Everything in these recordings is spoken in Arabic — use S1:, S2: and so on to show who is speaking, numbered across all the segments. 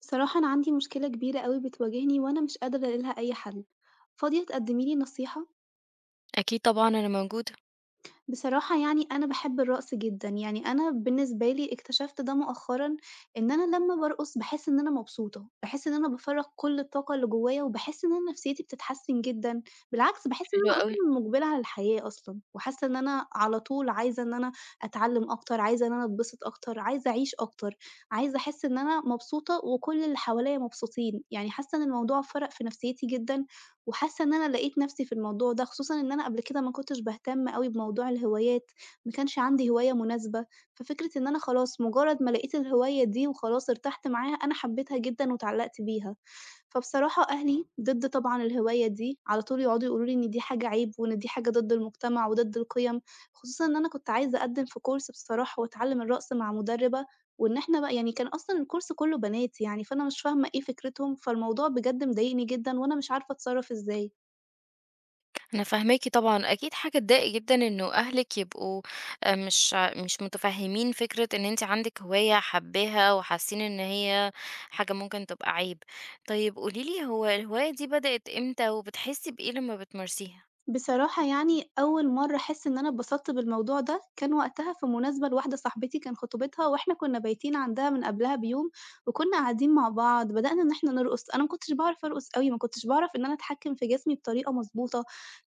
S1: بصراحة أنا عندي مشكلة كبيرة أوي بتواجهني وأنا مش قادرة ألاقي لها أي حل، فاضية تقدمي لي نصيحة؟
S2: أكيد طبعًا أنا موجودة.
S1: بصراحة يعني أنا باحب الرقص جدًا، يعني أنا بالنسبة لي اكتشفت ده مؤخرًا، إن أنا لمّا بارقص باحس إن أنا مبسوطة، باحس إن أنا بافرّغ كل الطاقة اللي جوايا، وباحس إن أنا نفسيتي بتتحسن جدًا، بالعكس باحس إن
S2: حلو
S1: أنا
S2: أوي.
S1: أصلًا مُقبلة على الحياة أصلًا، وحاسة إن أنا على طول عايزة إن أنا أتعلم أكتر، عايزة إن أنا أتبسط أكتر، عايزة أعيش أكتر، عايزة أحس إن أنا مبسوطة وكل اللي حواليّا مبسوطين، يعني حاسة إن الموضوع فَرَق في نفسيتي جدًا، وحاسة إن أنا لقيت نفسي في الموضوع ده، خصوصًا إن أنا قبل كده ما كنتش باهتم أوي بموضوع الهوايات، ما كانش عندي هواية مناسبة، ففكرة إن أنا خلاص مجرد ما لقيت الهواية دي وخلاص ارتحت معاها، أنا حبيتها جدًا واتعلقت بيها. فبصراحة أهلي ضد طبعًا الهواية دي، على طول يقعدوا يقولوا لي إن دي حاجة عيب وإن دي حاجة ضد المجتمع وضد القيم، خصوصًا إن أنا كنت عايزة أقدم في course بصراحة وأتعلم الرقص مع مدربة، وإن إحنا بقى يعني كان أصلًا الكورس كُلّه بنات يعني، فأنا مش فاهمة إيه فكرتهم، فالموضوع بجد مضايقني جدًا وأنا مش عارفة أتصرّف إزاي.
S2: أنا فاهماكِ طبعًا، أكيد حاجة تضايق جدًا إنه أهلِك يبقوا مش متفهمين فكرة إن أنتِ عندِك هواية حاباها، وحاسين إن هي حاجة ممكن تبقى عيب. طيب قولي لي، هو الهواية دي بدأت إمتى وبتحسي بإيه لمّا بتمارسيها؟
S1: بصراحة يعني أول مرة أحس إن أنا اتبسطت بالموضوع ده كان وقتها في مناسبة لواحدة صاحبتي كان خطوبتها، وإحنا كنا بايتين عندها من قبلها بيوم، وكنا قاعدين مع بعض بدأنا إن إحنا نرقص، أنا ما كنتش باعرف أرقص أوي، ما كنتش باعرف إن أنا أتحكم في جسمي بطريقة مضبوطة،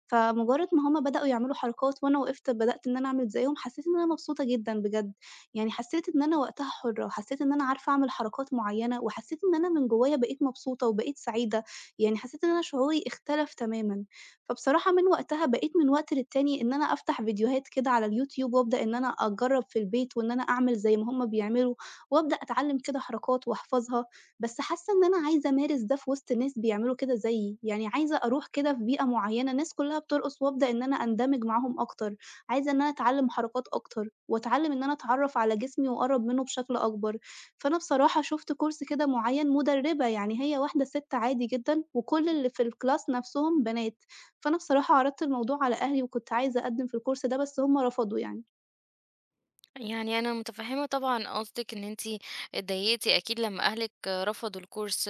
S1: فمجرد ما هُم بدأوا يعملوا حركات وأنا وقفت بدأت إن أنا أعمل زيهم، حسيت إن أنا مبسوطة جدًا بجد، يعني حسيت إن أنا وقتها حرة، حسيت إن أنا عارفة أعمل حركات معينة، وحسيت إن أنا من جوايا بقيت مبسوطة وبقيت سعيدة، يعني حسيت إن أنا شعوري اختلف تمامًا. فبصراحة من وقتها بقيت من وقت للتاني إن أنا أفتح فيديوهات كده على اليوتيوب وأبدأ إن أنا أجرّب في البيت وإن أنا أعمل زي ما هُم بيعملوا، وأبدأ أتعلّم كده حركات وأحفظها، بس حاسة إن أنا عايزة أمارس ده في وسط ناس بيعملوا كده زيي، يعني عايزة أروح كده في بيئة معيّنة الناس كلّها بترقص وأبدأ إن أنا أندمج معاهم أكتر، عايزة إن أنا أتعلّم حركات أكتر، وأتعلّم إن أنا أتعرّف على جسمي وأقرّب منه بشكل أكبر، فأنا بصراحة شُفت كورس كده معيّن مُدرّبة، يعني هي واحدة سِت عادي جدًا وكل اللي في الclass نَفْسهم بنات. فأنا بصراحة عرضت الموضوع على أهلي وكنت عايزة أقدّم في الcourse ده، بس هُم رفضوا يعني.
S2: يعني أنا متفهمة طبعًا قصدِك، إن أنتِ اتضايقتِ أكيد لمّا أهلِك رفضوا الكورس.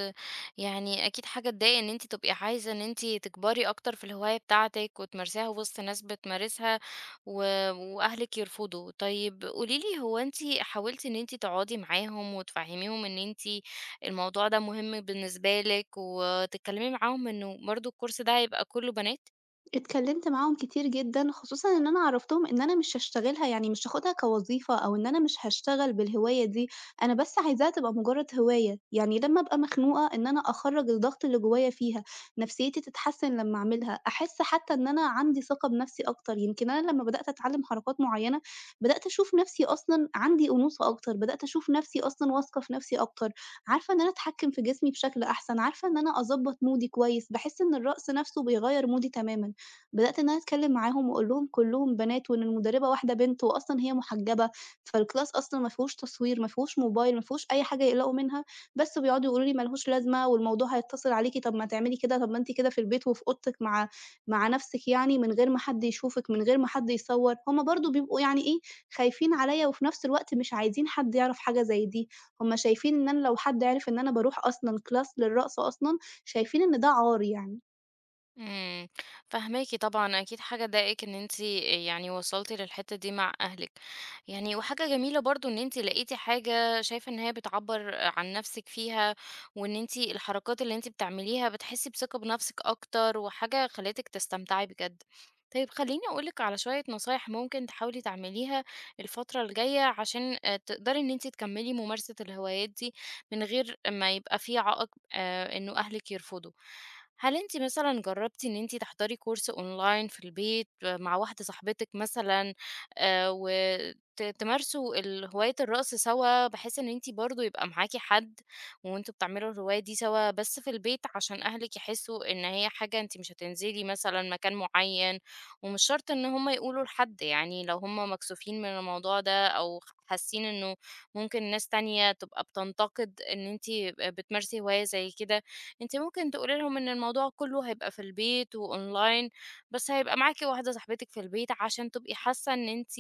S2: يعني أكيد حاجة تضايق إن أنتِ تبقي عايزة إن أنتِ تكبري أكتر في الهواية بتاعتِك وتمارسيها وسط ناس بتمارسها، و وأهلِك يرفضوا. طيب قولي لي، هو أنتِ حاولتِ إن أنتِ تقعدي معاهم وتفهميهم إن أنتِ الموضوع ده مهم بالنسبة لِك، وتتكلمي معاهم إنه برضه الكورس ده هيبقى كُلّه بنات؟
S1: اتكلّمت معاهم كتير جدًا، خصوصًا إن أنا عرّفتهم إن أنا مش هاشتغلها، يعني مش هاخدها كوظيفة أو إن أنا مش هاشتغل بالهواية دي، أنا بس عايزاها تبقى مجرّد هواية، يعني لمّا أبقى مخنوقة إن أنا أخرّج الضغط اللي جوايا فيها، نفسيتي تتحسّن لمّا أعملها، أحس حتّى إن أنا عندي ثقة بنفسي أكتر، يمكن أنا لمّا بدأت أتعلّم حركات معيّنة، بدأت أشوف نفسي أصلًا عندي أنوثة أكتر، بدأت أشوف نفسي أصلًا واثقة في نفسي أكتر، عارفة إن أنا أتحكّم في جسمي بشكل أحسن، عارفة إن أنا أضبّط مودي كويس، باحس إن الرقص نفسه بيغيّر مودي تمامًا. بدأت إن أنا أتكلّم معاهم وأقول لهم كلّهم بنات وإن المُدرّبة واحدة بنت وأصلًا هي محجّبة، فالclass أصلًا ما فيهوش تصوير، ما فيهوش موبايل، ما فيهوش أي حاجة يقلقوا منها، بس بيقعدوا يقولوا لي: "ما لهوش لازمة والموضوع هيتّصل عليكِ، طَب ما تعملي كده، طَب ما أنتِ كده في البيت وفي أوضتِك مع نَفْسِك يعني من غير ما حد يشوفِك، من غير ما حد يصوّر." هم برضه بيبقوا يعني إيه، خايفين عليّا وفي نَفْس الوقت مش عايزين حد يعرف حاجة زي دي، هم شايفين إن أنا لو حد عِرف إن أنا باروح أصلًا class للرقص أصلًا، شايفين إن ده عار يعني.
S2: امم، فاهماكِ طبعًا. أكيد حاجة تضايقِك إن أنتِ يعني وصلتِ للحتة دي مع أهلِك، يعني. وحاجة جميلة برضه إن أنتِ لقيتِ حاجة شايفة إن هي بتعبّر عن نفسِك فيها، وإن أنتِ الحركات اللي أنتِ بتعمليها بتحسي بثقة بنفسِك أكتر، وحاجة خلّتِك تستمتعي بجد. طيب خلّيني أقول لِك على شوية نصايح ممكن تحاولي تعمليها الفترة الجاية، عشان تقدري إن أنتِ تكمّلي ممارسة الهوايات دي من غير ما يبقى في عائق إنه أهلِك يرفضوا. هل أنتِ مثلًا جرّبتِ إن أنتِ تحضري كورس أونلاين في البيت مع واحدة صاحبتِك مثلًا، وت تمارسوا هواية الرقص سوا، بحيث إن أنتِ برضه يبقى معاكِ حد، وأنتم بتعملوا الهواية دي سوا بس في البيت، عشان أهلِك يحسّوا إن هي حاجة أنتِ مش هتنزلي مثلًا مكان معيّن. ومش شرط إن هم يقولوا لحد، يعني لو هم مكسوفين من الموضوع ده، أو حاسين إنه ممكن ناس تانية تبقى بتنتقد إن أنتِ بتمارسي هواية زي كده، أنتِ ممكن تقولي لهم إن الموضوع كله هيبقى في البيت وأونلاين. بس هيبقى معاكِ واحدة صاحبتِك في البيت، عشان تبقي حاسة إن أنتِ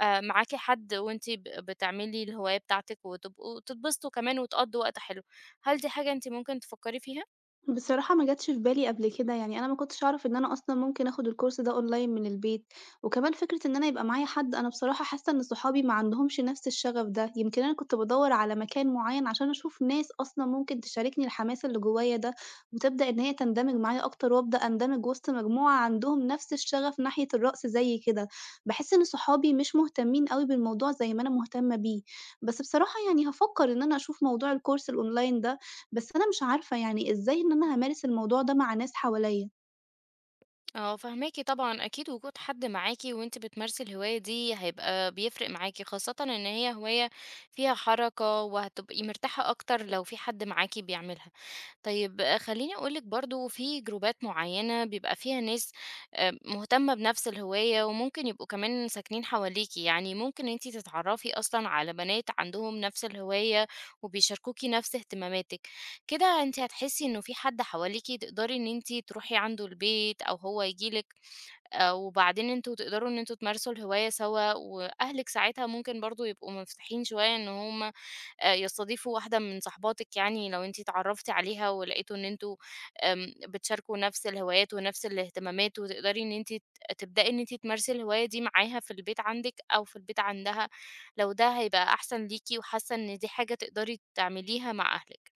S2: معاكِ حد، وأنتِ بتعملي الهواية بتاعتِك، وتبقوا تتبسطوا كمان وتقضوا وقت حلو. هل دي حاجة أنتِ ممكن تفكري فيها؟
S1: بصراحة ما جاتش في بالي قبل كده، يعني أنا ما كنتش أعرف إن أنا أصلًا ممكن آخُد الcourse ده online من البيت، وكمان فكرة إن أنا يبقى معايا حد، أنا بصراحة حاسة إن صحابي ما عندهمش نَفْس الشغف ده، يمكن أنا كنت بادوّر على مكان معيّن عشان أشوف ناس أصلًا ممكن تشاركني الحماس اللي جوّايا ده، وتبدأ إن هي تندمج معايا أكتر، وأبدأ أندمج وسط مجموعة عندهم نَفْس الشغف ناحية الرقص زيي كده، باحس إن صحابي مش مهتمين أوي بالموضوع زي ما أنا مهتمة بيه، بس بصراحة يعني هافكّر إن أنا أشوف موضوع الcourse الonline ده بس أنا مش عارفة يعني إزاي إن أنا هامارس الموضوع ده مع ناس حواليّا؟
S2: اه، فهماكي طبعا. اكيد وجود حد معاكي وانت بتمارسي الهواية دي هيبقى بيفرق معاكي، خاصة ان هي هواية فيها حركة، وهتبقي مرتاحة اكتر لو في حد معاكي بيعملها. طيب خليني اقولك، برضو في جروبات معينة بيبقى فيها ناس مهتمة بنفس الهواية، وممكن يبقوا كمان ساكنين حواليكي. يعني ممكن انت تتعرفي اصلا على بنات عندهم نفس الهواية، وبيشاركوكي نفس اهتماماتك. كده أنتِ هتحسّي إنه في حد حواليكِ تقدري إن أنتِ تروحي عنده البيت، أو هو ييجي لِك، وبعدين أنتم تقدروا إن أنتم تمارسوا الهواية سوا. وأهلِك ساعتها ممكن برضه يبقوا منفتحين شوية، إن هم يستضيفوا واحدة من صاحباتِك، يعني لو أنتِ اتعرّفتِ عليها ولقيتوا إن أنتم بتشاركوا نَفْس الهوايات ونَفْس الاهتمامات، وتقدري إن أنتِ تبدئي إن أنتِ تمارسي الهواية دي معاها في البيت عندِك أو في البيت عندها، لو ده هيبقى أحسن ليكِ، وحاسة إن دي حاجة تقدري تعمليها مع أهلِك.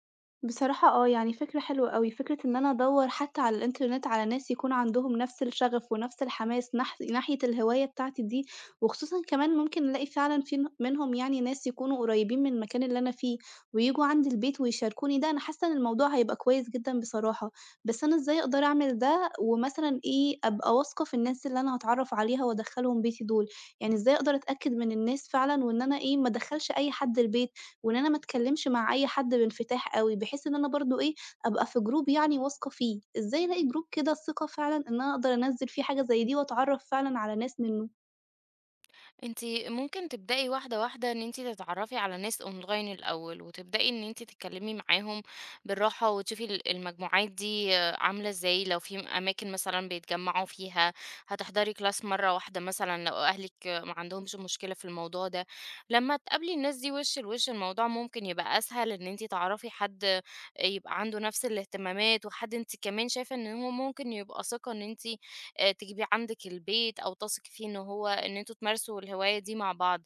S1: بصراحة آه، يعني فكرة حلوة أوي، فكرة إن أنا أدوّر حتى على الإنترنت على ناس يكون عندهم نفس الشغف ونفس الحماس ناحية الهواية بتاعتي دي، وخصوصًا كمان ممكن ألاقي فعلًا في منهم يعني ناس يكونوا قريبين من المكان اللي أنا فيه، وييجوا عندي البيت ويشاركوني ده، أنا حاسة إن الموضوع هيبقى كويس جدًا بصراحة، بس أنا إزاي أقدر أعمل ده ومثلًا إيه، أبقى واثقة في الناس اللي أنا هاتعرّف عليها وأدخّلهم بيتي دول، يعني إزاي أقدر أتأكد من الناس فعلًا وإن أنا إيه، ما أدخّلش أي حد البيت؟ وإن أنا ما اتكلّمش مع أي حد بانفتاح أوي، بحيث إن أنا برضه إيه، أبقى في group يعني واثقة فيه، إزاي ألاقي group كده الثقة فعلًا إن أنا أقدر أنزّل فيه حاجة زي دي وأتعرّف فعلًا على ناس منّه؟
S2: أنتِ ممكن تبدئي واحدة، واحدة، إن أنتِ تتعرّفي على ناس أونلاين الأول، وتبدئي إن أنتِ تتكلّمي معاهم بالراحة، وتشوفي المجموعات دي عاملة إزاي. لو في أماكن مثلًا بيتجمّعوا فيها، هتحضري class مرّة واحدة مثلًا، لو أهلِك ما عندهمش مشكلة في الموضوع ده. لمّا تقابلي الناس دي وِش لوِش، الموضوع ممكن يبقى أسهل إن أنتِ تعرفي حد يبقى عنده نَفْس الاهتمامات، وحد أنتِ كمان شايفة إن هو ممكن يبقى ثقة، إن أنتِ تجيبيه عندِك البيت، أو تثقي فيه إن هو إن أنتم تمارسوا الهواية دي مع بعض.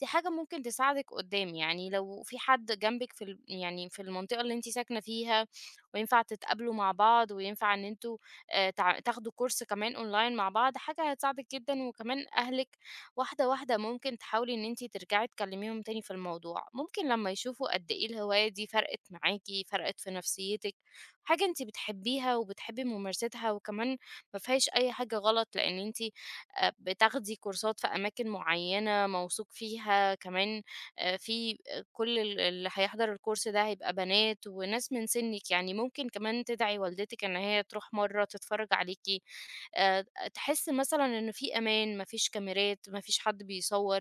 S2: دي حاجة ممكن تساعدِك قدّام، يعني لو في حد جنبِك في يعني في المنطقة اللي أنتِ ساكنة فيها، وينفع تتقابلوا مع بعض، وينفع إن أنتم تع تاخدوا كورس كمان أونلاين مع بعض، حاجة هتساعدِك جدًا. وكمان أهلِك، واحدة، واحدة ممكن تحاولي إن أنتِ ترجعي تكلميهم تاني في الموضوع. ممكن لمّا يشوفوا قد إيه الهواية دي فرقِت معاكِ، فرقِت في نفسيتِك، حاجة أنتِ بتحبيها وبتحبي ممارستها، وكمان ما فيهاش أي حاجة غلط، لإن أنتِ بتاخدي كورسات في أماكن معيّنة موثوق فيها. كمان في كل اللي هيحضر الكورس ده هيبقى بنات وناس من سنِّك. يعني ممكن كمان تدعي والدتِك إن هي تروح مرّة تتفرّج عليكِ، آآ تحسّي مثلًا إن في أمان، ما فيش كاميرات، ما فيش حد بيصوّر.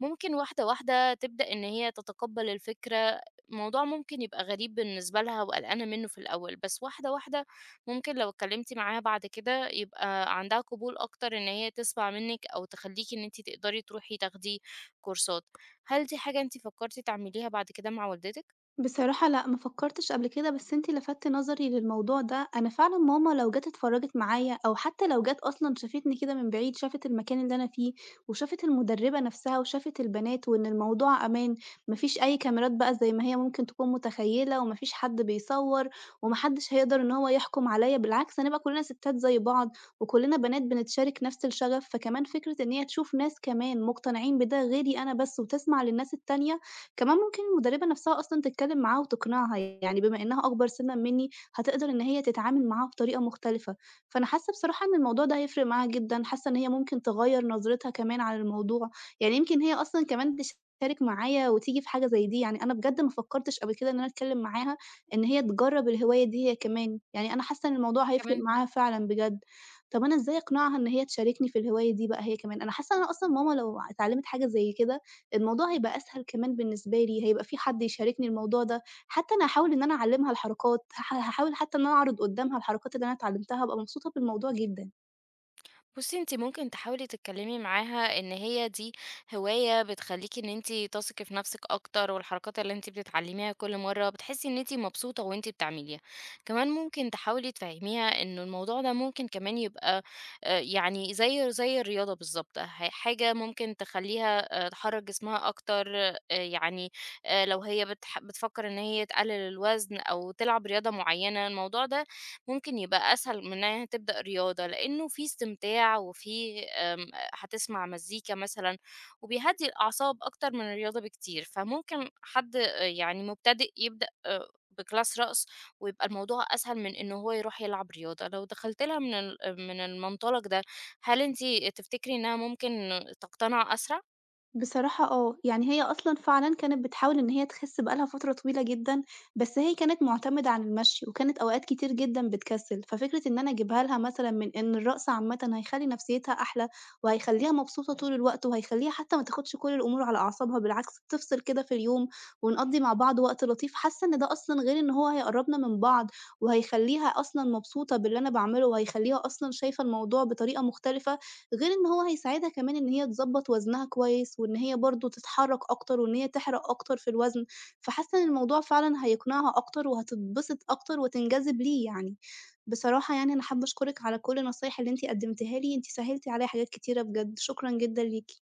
S2: ممكن واحدة، واحدة تبدأ إن هي تتقبّل الفكرة، الموضوع ممكن يبقى غريب بالنسبة لها وقلقانة منّه في الأول، بس واحدة، واحدة ممكن لو اتكلمتِ معاها بعد كده يبقى عندها قبول أكتر، إن هي تسمع منِّك أو تخلّيكِ إن أنتِ تقدري تروحي تاخدي كورسات. هل دي حاجة أنتِ فكرتِ تعمليها بعد كده مع والدتِك؟
S1: بصراحة لأ، ما فكّرتش قبل كده، بس أنتِ لفتّ نظري للموضوع ده، أنا فعلًا ماما لو جات اتفرّجت معايا أو حتى لو جات أصلًا شافتني كده من بعيد، شافت المكان اللي أنا فيه وشافت المُدرّبة نفسها وشافت البنات وإن الموضوع أمان، ما فيش أي كاميرات بقى زي ما هي ممكن تكون متخيّلة وما فيش حد بيصوّر وما حدّش هيقدر إن هو يحكُم عليّا، بالعكس هنبقى كُلّنا ستات زي بعض وكُلّنا بنات بنتشارك نفس الشغف، فكمان فكرة إن هي تشوف ناس كمان مقتنعين بده غيري أنا بس وتسمع للناس التانية كمان ممكن المُدرّبة نَفْسها أصلًا تتكلّم معاها وتقنعها، يعني بما إنّها أكبر سِنًّا منّي هتقدر إن هي تتعامل معاها بطريقة مختلفة، فأنا حاسّة بصراحة إن الموضوع ده هيفرق معاها جدًا، حاسّة إن هي ممكن تغيّر نظرتها كمان عن الموضوع، يعني يمكن هي أصلًا كمان تشارك معايا وتيجي في حاجة زي دي، يعني أنا بجد ما فكّرتش قبل كده إن أنا أتكلّم معاها إن هي تجرّب الهواية دي هي كمان، يعني أنا حاسّة إن الموضوع هيفرق معاها فعلًا بجد. طَب أنا إزاي أقنعها إن هي تشاركني في الهواية دي بقى هي كمان؟ أنا حاسّة إن أنا أصلًا ماما لو اتعلّمت حاجة زي كده الموضوع هيبقى أسهل كمان بالنسبة لي، هيبقى في حد يشاركني الموضوع ده، حتى أنا هاحاول إن أنا أعلّمها الحركات، هاحاول حتى إن أنا أعرض قدّامها الحركات اللي أنا اتعلمتها، هابقى مبسوطة بالموضوع جدًا.
S2: بُصّي، أنتِ ممكن تحاولي تتكلمي معاها إن هي دي هواية بتخلّيكِ إن أنتِ تثقي في نفسِك أكتر، والحركات اللي أنتِ بتتعلميها كل مرّة بتحسّي إن أنتِ مبسوطة وأنتِ بتعمليها. كمان ممكن تحاولي تفهّميها إنه الموضوع ده ممكن كمان يبقى يعني زي الرياضة بالضبط. حاجة ممكن تخلّيها تحرّك جسمها أكتر، يعني لو هي بتفكّر إن هي تقلل الوزن أو تلعب رياضة معيّنة، الموضوع ده ممكن يبقى أسهل من إنها تبدأ رياضة، لإنه في استمتاع وفي هتسمع مزيكا مثلًا، وبيهدّي الأعصاب أكتر من الرياضة بكتير. فممكن حد يعني مبتدئ يبدأ بclass رقص، ويبقى الموضوع أسهل من إن هو يروح يلعب رياضة، لو دخلتِ لها من من المنطلق ده. هل أنتِ تفتكري إنها ممكن تقتنع أسرع؟
S1: بصراحة آه، يعني هي أصلًا فعلًا كانت بتحاول إن هي تخِس بقى لها فترة طويلة جدًا، بس هي كانت مُعتمدة على المشي، وكانت أوقات كتير جدًا بتكسِّل، ففكرة إن أنا أجيبها لها مثلًا من إن الرقص عامةً هيخلّي نفسيتها أحلى، وهيخلّيها مبسوطة طول الوقت، وهيخلّيها حتى ما تاخدش كل الأمور على أعصابها، بالعكس تفصل كده في اليوم، ونقضّي مع بعض وقت لطيف، حاسة إن ده أصلًا غير إن هو هيقرّبنا من بعض، وهيخلّيها أصلًا مبسوطة باللي أنا باعمله، وهيخلّيها أصلًا شايفة الموضوع بطريقة مختلفة. غير إن هو هيساعدها كمان إن هي تضبّط وزنها كويس، وإن هي برضه تتحرّك أكتر، وإن هي تحرق أكتر في الوزن، فحاسة إن الموضوع فعلًا هيقنعها أكتر، وهتتبسط أكتر وتنجذب ليه يعني. بصراحة يعني أنا حابة أشكرِك على كل النصايح اللي أنتِ قدّمتيها لي، أنتِ سهّلتِ عليّا حاجات كتيرة بجد، شكرًا جدًا ليكِ.